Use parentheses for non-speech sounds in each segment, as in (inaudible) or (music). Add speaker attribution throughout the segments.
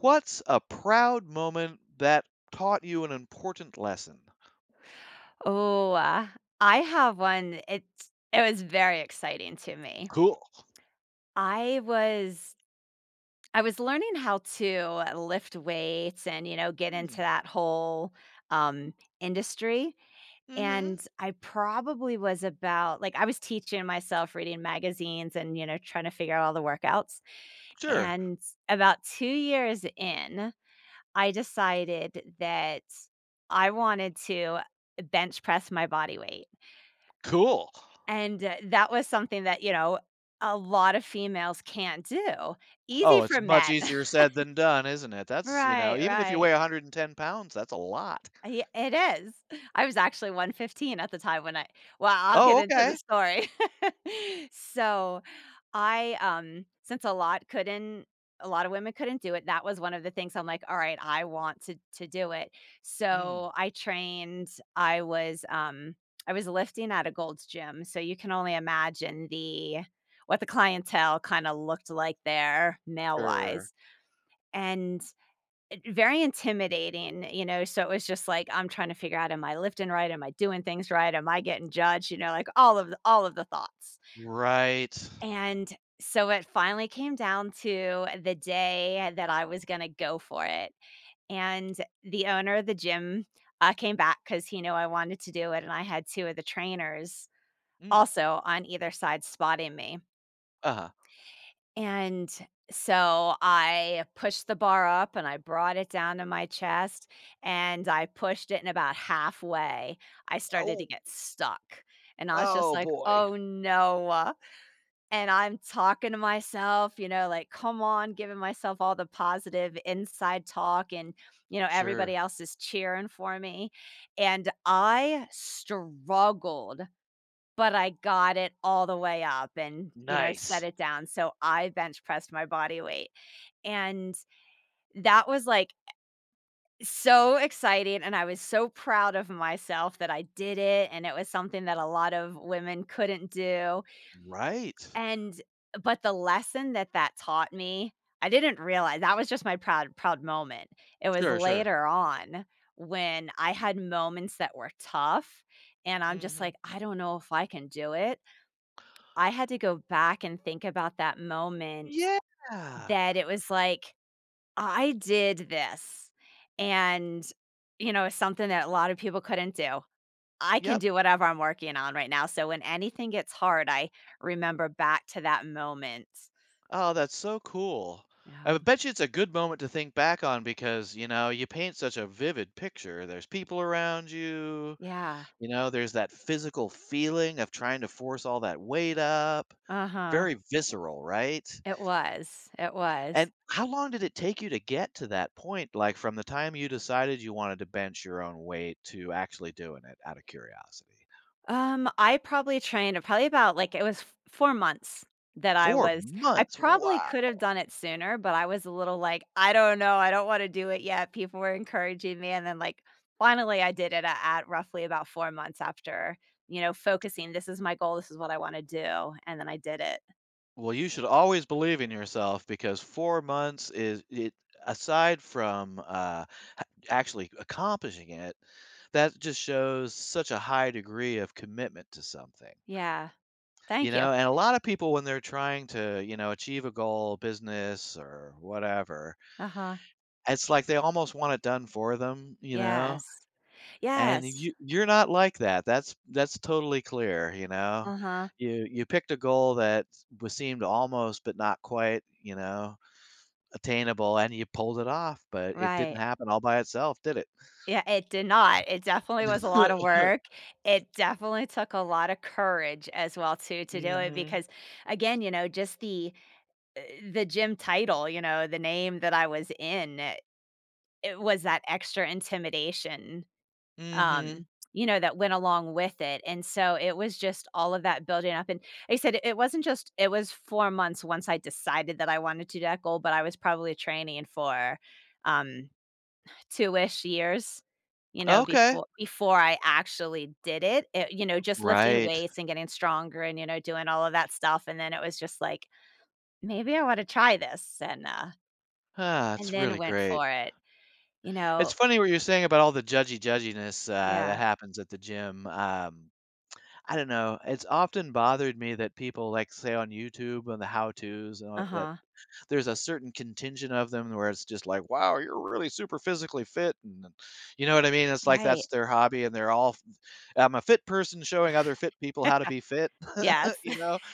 Speaker 1: What's a proud moment that taught you an important lesson?
Speaker 2: Oh, I have one. It was very exciting to me.
Speaker 1: Cool.
Speaker 2: I was I was learning how to lift weights and, you know, get into
Speaker 1: Hmm.
Speaker 2: that whole um industry.
Speaker 1: Mhm.
Speaker 2: And I probably was about like I was teaching myself reading magazines and, you know, trying to figure out all the workouts.
Speaker 1: Sure.
Speaker 2: And about 2 years in, I decided that I wanted to bench press my body weight.
Speaker 1: Cool.
Speaker 2: And, that was something that, you know, a lot of females can't do. Easy
Speaker 1: Oh, it's
Speaker 2: for
Speaker 1: much
Speaker 2: men.
Speaker 1: easier
Speaker 2: (laughs)
Speaker 1: said than done, isn't it? That's, you know,
Speaker 2: Right,
Speaker 1: even if you weigh
Speaker 2: right.
Speaker 1: 110 pounds, that's a lot.
Speaker 2: Ye It is. I was actually 115 at the time when I well, I'll
Speaker 1: Oh,
Speaker 2: get into the
Speaker 1: okay.
Speaker 2: story. (laughs) So I, since a lot couldn't a lot of women couldn't do it. That was one of the things. I'm like, "All right, I want to do it."
Speaker 1: Mm.
Speaker 2: So I trained. I was, um, I was lifting at a Gold's Gym, so you can only imagine the what the clientele kinda looked like there,
Speaker 1: Sure.
Speaker 2: male-wise, and it very intimidating, you know. So it was just like, I'm trying to figure out, "Am I lifting right? Am I doing things right? Am I getting judged?" You know, like all of the thoughts.
Speaker 1: Right.
Speaker 2: And so it finally came down to the day that I was gonna go for it, and the owner of the gym, came back because he knew I wanted to do it, and I had 2 of the trainers
Speaker 1: Mm.
Speaker 2: also on either side spotting me,
Speaker 1: Uh-huh.
Speaker 2: and so I pushed the bar up and I brought it down to my chest, and I pushed it, and about halfway, I started to
Speaker 1: Oh,
Speaker 2: get stuck, and I was just
Speaker 1: oh
Speaker 2: like,
Speaker 1: boy.
Speaker 2: "Oh, no." And I'm talking to myself, you know, like, "Come on," giving myself all the positive inside talk, and, you know, everybody
Speaker 1: Sure.
Speaker 2: else is cheering for me, and I struggled, but I got it all the way up and, you know, set
Speaker 1: Nice.
Speaker 2: it down. So I bench pressed my body weight, and that was, like, so exciting, and I was so proud of myself that I did it, and it was something that a lot of women couldn't do,
Speaker 1: Right.
Speaker 2: and but the lesson that that taught me, I didn't realize that was just my proud moment. It was
Speaker 1: Sure, sure.
Speaker 2: later on when I had moments that were tough and I'm just
Speaker 1: Hmm.
Speaker 2: like, "I don't know if I can do it." I had to go back and think about that moment,
Speaker 1: Yeah.
Speaker 2: that it was like, "I did this." And, you know, it's something that a lot of people couldn't do. I can
Speaker 1: Yep.
Speaker 2: do whatever I'm working on right now. So when anything gets hard, I remember back to that moment.
Speaker 1: Oh, that's so cool. I
Speaker 2: Oh,
Speaker 1: would bet you it's a good moment to think back on because, you know, you paint such a vivid picture. There's people around you,
Speaker 2: yeah.
Speaker 1: you know, there's that physical feeling of trying to force all that weight up.
Speaker 2: Uh-huh.
Speaker 1: Very visceral, right?
Speaker 2: It was. It was.
Speaker 1: And how long did it take you to get to that point? Like from the time you decided you wanted to bench your own weight to actually doing it out of curiosity?
Speaker 2: I probably trained probably about like it was f 4 months that I
Speaker 1: Four
Speaker 2: was. I
Speaker 1: months.
Speaker 2: probably
Speaker 1: Wow.
Speaker 2: could have done it sooner, but I was a little like, "I don't know. I don't wanna do it yet." People were encouraging me, and then, like, finally, I did it at roughly about 4 months after, you know, focusing, "This is my goal. This is what I wanna do," and then I did it.
Speaker 1: Well, you should always believe in yourself because 4 months is it aside from, ha actually accomplishing it, that just shows such a high degree of commitment to something,
Speaker 2: Yeah.
Speaker 1: you
Speaker 2: Thank you.
Speaker 1: know? And a lot of people when they're trying to, you know, achieve a goal, business or whatever,
Speaker 2: Uh-huh.
Speaker 1: it's like they almost want it done for them, you know?
Speaker 2: Yes.
Speaker 1: And
Speaker 2: Yes.
Speaker 1: you're not like that. That's totally clear, you know?
Speaker 2: Uh-huh.
Speaker 1: You picked a goal that was seemed almost but not quite, you know, attainable, and you pulled it off, but it didn't
Speaker 2: Right.
Speaker 1: happen all by itself, did it?
Speaker 2: Yeah, it did not. It definitely was a lot of
Speaker 1: (laughs)
Speaker 2: work. It definitely took a lot of courage as well too to do it
Speaker 1: Mhm,
Speaker 2: because again, you know, just uh, the gym title, you know, the name that I was in, it was that extra intimidation,
Speaker 1: mhm.
Speaker 2: um you know, that went along with it. And so it was just all of that building up, and like I said, it wasn't just it was 4 months once I decided that I wanted to do that goal, but I was probably training for um 2-ish years, you know,
Speaker 1: Okay.
Speaker 2: before I actually did it. You know, just lifting
Speaker 1: Right.
Speaker 2: weights and getting stronger and, you know, doing all of that stuff, and then it was just like, "Maybe I wanna try this,"
Speaker 1: Ah,
Speaker 2: and
Speaker 1: it's
Speaker 2: then
Speaker 1: really
Speaker 2: went
Speaker 1: great.
Speaker 2: for it, you
Speaker 1: It's
Speaker 2: know?
Speaker 1: funny what you're saying about all the judgy judginess, that
Speaker 2: Yeah.
Speaker 1: happens at the gym, I don't know, it's often bothered me that people, like, say, on YouTube and the how-tos and all that,
Speaker 2: Uh-huh.
Speaker 1: there's a certain contingent of them where it's just like, wow, you're really super physically fit, and you know what I mean. It's like that's
Speaker 2: Right.
Speaker 1: their hobby, and they're all. I'm a fit person showing other fit people how to
Speaker 2: (laughs)
Speaker 1: be fit.
Speaker 2: Yes.
Speaker 1: (laughs) You know,
Speaker 2: (laughs)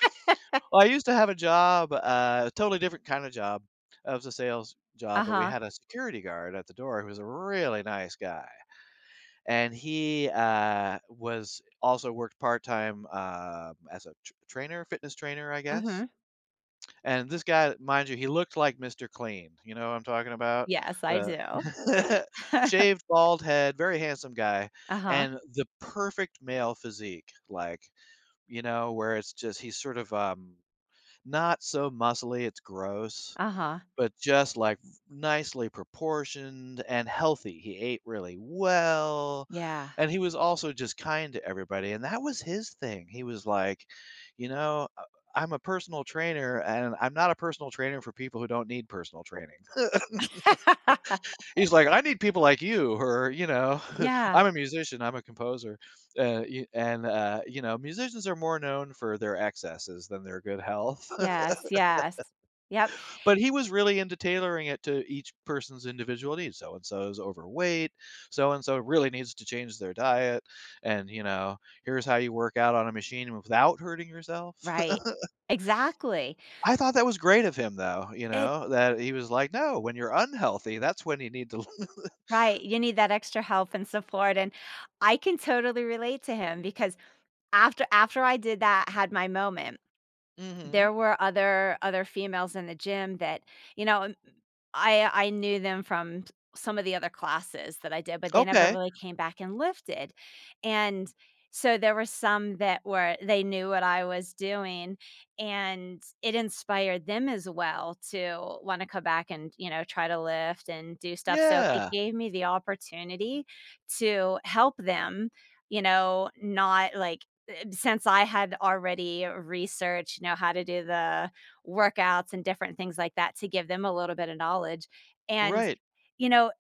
Speaker 1: well, I used to have a job, a totally different kind of job. It was a sales job, but we
Speaker 2: Uh-huh.
Speaker 1: had a security guard at the door who was a really nice guy, and he, was also worked part time, as a trainer, fitness trainer, I guess.
Speaker 2: Mhm.
Speaker 1: And this guy, mind you, he looked like Mr. Clean. You know who I'm talking about?
Speaker 2: Yes, I
Speaker 1: The
Speaker 2: do.
Speaker 1: (laughs)
Speaker 2: (laughs)
Speaker 1: shaved, bald head, very handsome guy,
Speaker 2: Uh-huh.
Speaker 1: and the perfect male physique, like, you know, where it's just he's sort of, not so muscly, it's gross,
Speaker 2: Uh-huh.
Speaker 1: but just, like, nicely proportioned and healthy. He ate really well,
Speaker 2: Yeah.
Speaker 1: and he was also just kind to everybody, and that was his thing. He was like, "You know, I'm a personal trainer, and I'm not a personal trainer for people who don't need personal training."
Speaker 2: (laughs)
Speaker 1: He's like, "I need people like you or you know." (laughs)
Speaker 2: Yeah.
Speaker 1: I'm a musician, I'm a composer, you and, you know, musicians are more known for their excesses than their good health.
Speaker 2: Yes, yes. Yep.
Speaker 1: But he was really into tailoring it to each person's individual needs. So and so is overweight. So and so really needs to change their diet. And, you know, here's how you work out on a machine without hurting yourself. (laughs)
Speaker 2: Right. Exactly.
Speaker 1: I thought that was great of him, though, you
Speaker 2: It
Speaker 1: know, that he was like, "No, when you're unhealthy, that's when you need to." (laughs)
Speaker 2: Right, you need that extra help and support, and I can totally relate to him because after I did that, had my moment,
Speaker 1: Hmm.
Speaker 2: there were other females in the gym that, you know, I knew them from some of the other classes that I did, but they never
Speaker 1: Okay.
Speaker 2: really came back and lifted, and so there were some that were they knew what I was doing, and it inspired them as well to wanna come back and, you know, try to lift and do stuff. So it
Speaker 1: Yeah.
Speaker 2: gave me the opportunity to help them, you know, not, like, since I had already researched, you know, how to do the workouts and different things like that, to give them a little bit of knowledge. And,
Speaker 1: Right.
Speaker 2: you know,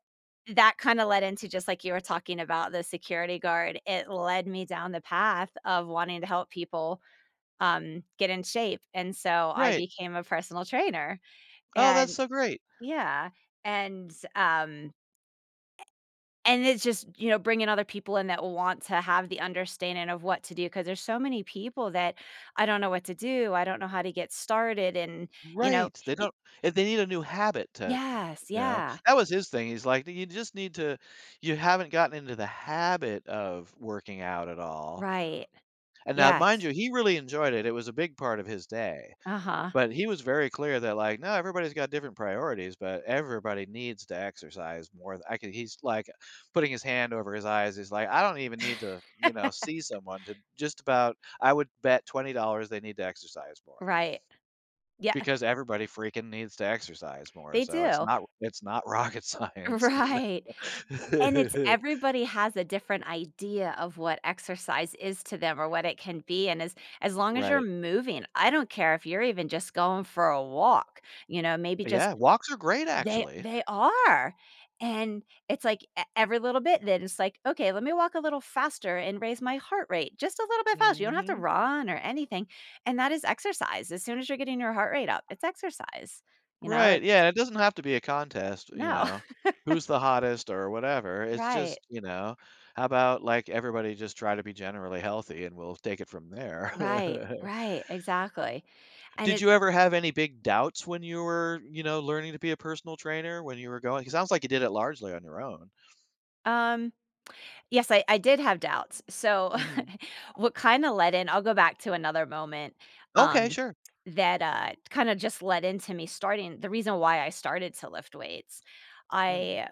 Speaker 2: that kinda led into, just like you were talking about the security guard, it led me down the path of wanting to help people, get in shape, and so I
Speaker 1: Right.
Speaker 2: became a personal trainer,
Speaker 1: Oh, that's
Speaker 2: and
Speaker 1: so great.
Speaker 2: yeah, and, um, and it's just, you know, bringing other people in that want to have the understanding of what to do, because there's so many people that, "I don't know what to do, I don't know how to get started," and, you know.
Speaker 1: Right. They don't, if they need a new habit to.
Speaker 2: Yes,
Speaker 1: You know,
Speaker 2: yeah,
Speaker 1: that was his thing. He's like, "You just need to, you haven't gotten into the habit of working out at all."
Speaker 2: right.
Speaker 1: And now, mind
Speaker 2: Yes.
Speaker 1: you, he really enjoyed it. It was a big part of his day,
Speaker 2: Uh-huh,
Speaker 1: but he was very clear that, like, "No, everybody's got different priorities, but everybody needs to exercise more." I could, he's like putting his hand over his eyes. He's like, "I don't even need to, you know, see someone to just about, I would bet $20 they need to exercise more."
Speaker 2: right. Yeah,
Speaker 1: Because everybody freaking needs to exercise more,
Speaker 2: they
Speaker 1: so it's
Speaker 2: do. (laughs)
Speaker 1: not (laughs) rocket science, you
Speaker 2: Right, and it's
Speaker 1: know? (laughs)
Speaker 2: everybody has a different idea of what exercise is to them or what it can be, and as long as you're
Speaker 1: Right.
Speaker 2: moving. I don't care if you're even just going for a walk, you know, maybe just.
Speaker 1: Yeah, walks are great, actually.
Speaker 2: They are, and it's like e every little bit. Then it's like, "Okay, let me walk a little faster and raise my heart rate just a little bit faster." You don't have to
Speaker 1: Mhm.
Speaker 2: run or anything, and that is exercise. As soon as you're getting your heart rate up, it's exercise, you know,
Speaker 1: Right,
Speaker 2: it
Speaker 1: yeah, it doesn't have to be a contest, you
Speaker 2: No.
Speaker 1: know,
Speaker 2: (laughs)
Speaker 1: who's the hottest or whatever, it's
Speaker 2: Right,
Speaker 1: just, you know, how about, like, everybody just try to be generally healthy and we'll take it from there. (laughs)
Speaker 2: right, exactly, and
Speaker 1: Did you ever have any big doubts when you were, you know, learning to be a personal trainer, when you were going, it sounds like you did it largely on your own.
Speaker 2: um Yes, I did have doubts. So,
Speaker 1: Mhm.
Speaker 2: (laughs) what kinda led in I'll go back to another moment,
Speaker 1: Okay,
Speaker 2: um,
Speaker 1: sure.
Speaker 2: that, kinda just led into me starting the reason why I started to lift weights.
Speaker 1: Mm.
Speaker 2: I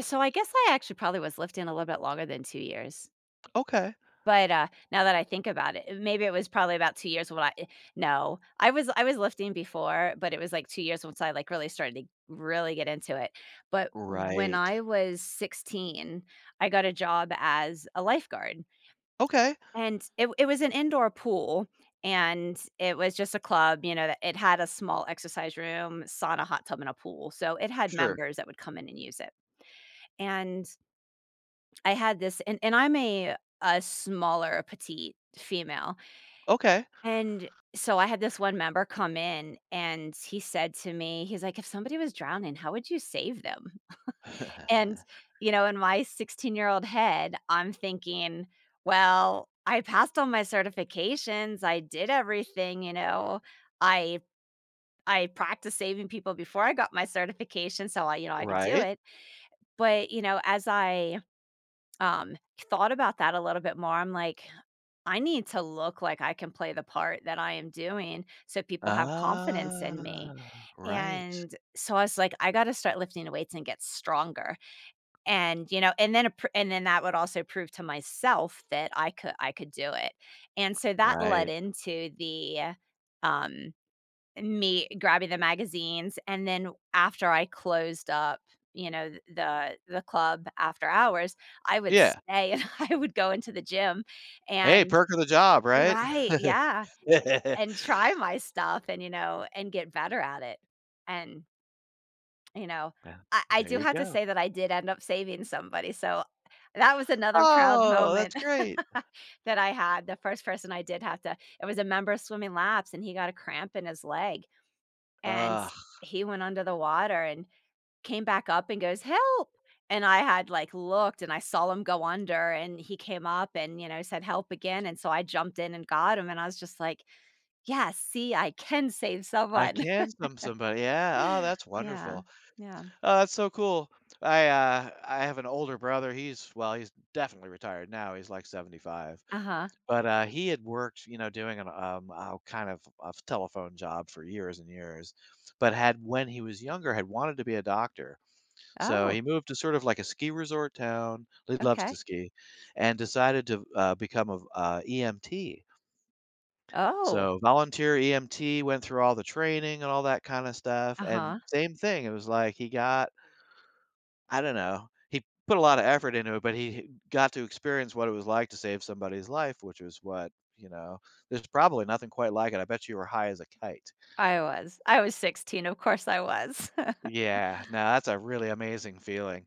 Speaker 2: I guess I actually probably was lifting a little bit longer than 2 years.
Speaker 1: Okay.
Speaker 2: But, now that I think about it, maybe it was probably about 2 years when I eh, no, I was lifting before, but it was, like, 2 years once I, like, really started to really get into it. But when
Speaker 1: Right.
Speaker 2: I was 16, I got a job as a lifeguard,
Speaker 1: Okay.
Speaker 2: and it was an indoor pool, and it was just a club, you know, that it had a small exercise room, sauna, hot tub, and a pool, so it had
Speaker 1: Sure.
Speaker 2: members that would come in and use it. And I had this and I'm a smaller petite female.
Speaker 1: Okay.
Speaker 2: And so I had this one member come in and he said to me, he's like, if somebody was drowning, how would you save them?
Speaker 1: (laughs)
Speaker 2: And, you know, in my 16-year-old head, I'm thinking, well, I passed all my certifications. I did everything, you know. I I practiced saving people before I got my certification, so I, you know, I could do
Speaker 1: Right.
Speaker 2: it. But, you know, as I um thought about that a little bit more, I'm like, I need to look like I can play the part that I am doing, so people have confidence in me.
Speaker 1: Ah, right,
Speaker 2: And so I was like, I gotta start lifting weights and get stronger. And, you know, and then, and then that would also prove to myself that I could do it. And so that led
Speaker 1: right.
Speaker 2: into the, um, me grabbing the magazines. And then after I closed up, you know, the club after hours, I would
Speaker 1: Yeah.
Speaker 2: stay (laughs) and I would go into the gym
Speaker 1: Hey,
Speaker 2: and
Speaker 1: perk of the job, right?
Speaker 2: Right,
Speaker 1: (laughs)
Speaker 2: yeah,
Speaker 1: Yeah.
Speaker 2: and try my stuff and, you know, and get better at it, and, you know,
Speaker 1: Well,
Speaker 2: I
Speaker 1: there
Speaker 2: do
Speaker 1: you
Speaker 2: have to
Speaker 1: go.
Speaker 2: say that I did end up saving somebody, so that was another proud
Speaker 1: Oh, that's
Speaker 2: moment
Speaker 1: great.
Speaker 2: (laughs) that I had. The first person I did have to It was a member of swimming laps, and he got a cramp in his leg, and
Speaker 1: Ugh,
Speaker 2: he went under the water and came back up and goes, "Help," and I had, like, looked and I saw him go under, and he came up and, you know, said, "Help again," and so I jumped in and got him, and I was just like, yeah, see, I can save
Speaker 1: I
Speaker 2: someone.
Speaker 1: can somebody. Yeah. Oh,
Speaker 2: (laughs)
Speaker 1: that's
Speaker 2: Yeah,
Speaker 1: wonderful.
Speaker 2: yeah.
Speaker 1: Oh, that's so cool. I have an older brother. He's well, he's definitely retired now. He's like 75.
Speaker 2: Uh-huh.
Speaker 1: But, he had worked, you know, doing kind of a telephone job for years and years, but had when he was younger, had wanted to be a doctor. So
Speaker 2: Oh,
Speaker 1: he moved to sort of like a ski resort town, he loves
Speaker 2: okay.
Speaker 1: to ski, and decided to, become a EMT.
Speaker 2: Oh,
Speaker 1: So volunteer EMT, went through all the training and all that kinda stuff, and
Speaker 2: uh-huh.
Speaker 1: same thing, it was like he got. I don't know. He put a lot of effort into it, but he got to experience what it was like to save somebody's life, which is what, you know, there's probably nothing quite like it. I bet you were high as a kite.
Speaker 2: I was. I was 16, of course I was. (laughs)
Speaker 1: Yeah, no, that's a really amazing feeling.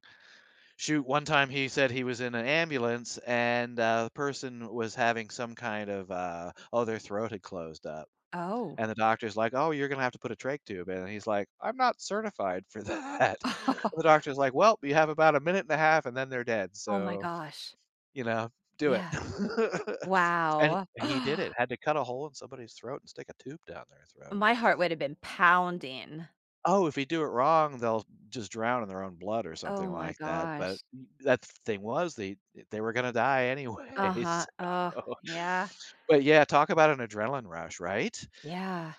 Speaker 1: Shoot, one time he said he was in an ambulance and, the person was having some kind of, oh, their throat had closed up.
Speaker 2: Oh.
Speaker 1: And the doctor's like, "Oh, you're going to have to put a trach tube in." And he's like, "I'm not certified for that." (laughs) And the
Speaker 2: (laughs)
Speaker 1: doctor's like, "Well, you have about a minute and a half and then they're dead.
Speaker 2: Oh my
Speaker 1: So
Speaker 2: gosh.
Speaker 1: you know, do it."
Speaker 2: Yeah.
Speaker 1: (laughs) And
Speaker 2: Wow.
Speaker 1: he did
Speaker 2: (gasps)
Speaker 1: it, had to cut a hole in somebody's throat and stick a tube down their throat.
Speaker 2: My heart would have been pounding.
Speaker 1: Oh, if you do it wrong, they'll just drown in their own blood or something
Speaker 2: Oh my
Speaker 1: like that, but
Speaker 2: gosh.
Speaker 1: that thing was they were gonna die anyway, (laughs)
Speaker 2: Uh-huh.
Speaker 1: so.
Speaker 2: Oh, yeah.
Speaker 1: But yeah, talk about an adrenaline rush, right?
Speaker 2: Yeah.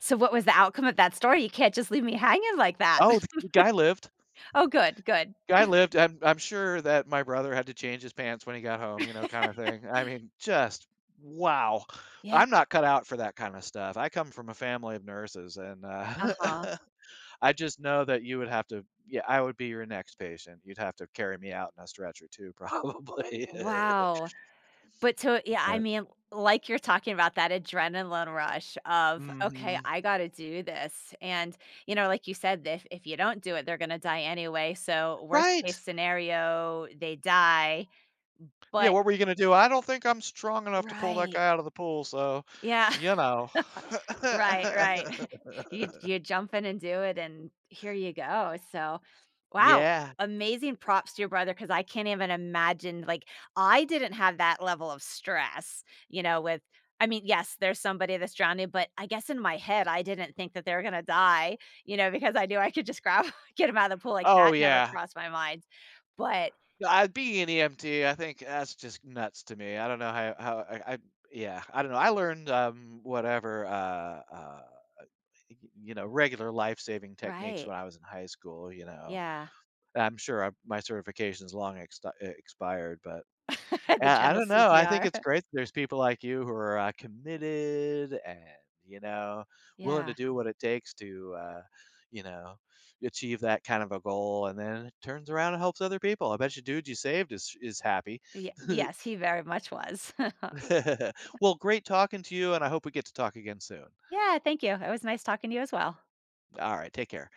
Speaker 2: So what was the outcome of that story? You can't just leave me hanging like that.
Speaker 1: Oh, the
Speaker 2: (laughs)
Speaker 1: guy lived.
Speaker 2: Oh, good, good.
Speaker 1: Guy lived. I'm sure that my brother had to change his pants when he got home, you know, kinda thing. I mean, just wow.
Speaker 2: Yeah.
Speaker 1: I'm not cut out for that kinda stuff. I come from a family of nurses, and,
Speaker 2: Uh-huh.
Speaker 1: (laughs) I just know that you would have to. Yeah, I would be your next patient. You'd have to carry me out in a stretcher too, (laughs) probably. (laughs)
Speaker 2: Wow. But so yeah, I
Speaker 1: But
Speaker 2: mean, like you're talking about that adrenaline rush of, okay,
Speaker 1: mhm.
Speaker 2: I got to do this. And, you know, like you said, if you don't do it, they're going to die anyway. So, worst case
Speaker 1: Right!
Speaker 2: scenario, they die.
Speaker 1: Yeah,
Speaker 2: But,
Speaker 1: what were you gonna do? "I don't think I'm strong enough to pull that
Speaker 2: right.
Speaker 1: guy out of the pool, so"
Speaker 2: Yeah. (laughs)
Speaker 1: you know.
Speaker 2: Right, right.
Speaker 1: (laughs)
Speaker 2: (laughs) You jump in and do it, and here you go. So, wow,
Speaker 1: Yeah.
Speaker 2: amazing props to your brother, because I can't even imagine, like, I didn't have that level of stress, you know, with I mean, yes, there's somebody that's drowning, but I guess in my head, I didn't think that they were gonna die, you know, because I knew I could just grab (laughs) get 'em out of the pool, like,
Speaker 1: Oh,
Speaker 2: that never
Speaker 1: yeah.
Speaker 2: crossed my mind. But
Speaker 1: Yeah, I being an EMT, I think that's just nuts to me. I don't know how I yeah, I don't know. I learned whatever uh you know regular life saving techniques
Speaker 2: right,
Speaker 1: when I was in high school. You know,
Speaker 2: yeah,
Speaker 1: I'm sure my certification's long expired, but
Speaker 2: (laughs) the
Speaker 1: yeah, I
Speaker 2: general
Speaker 1: don't know, I think
Speaker 2: CPR.
Speaker 1: it's
Speaker 2: (laughs)
Speaker 1: great that there's people like you who are, committed and, you know, willing to
Speaker 2: Yeah.
Speaker 1: do what it takes to, you know, achieve that kind of a goal, and then it turns around and helps other people. I bet you dude you saved is happy.
Speaker 2: Ye
Speaker 1: (laughs)
Speaker 2: Yes, he very much was.
Speaker 1: Well, great talking to you, and I hope we get to talk again soon.
Speaker 2: Yeah, thank you. It was nice talking to you as well.
Speaker 1: Alright, take care.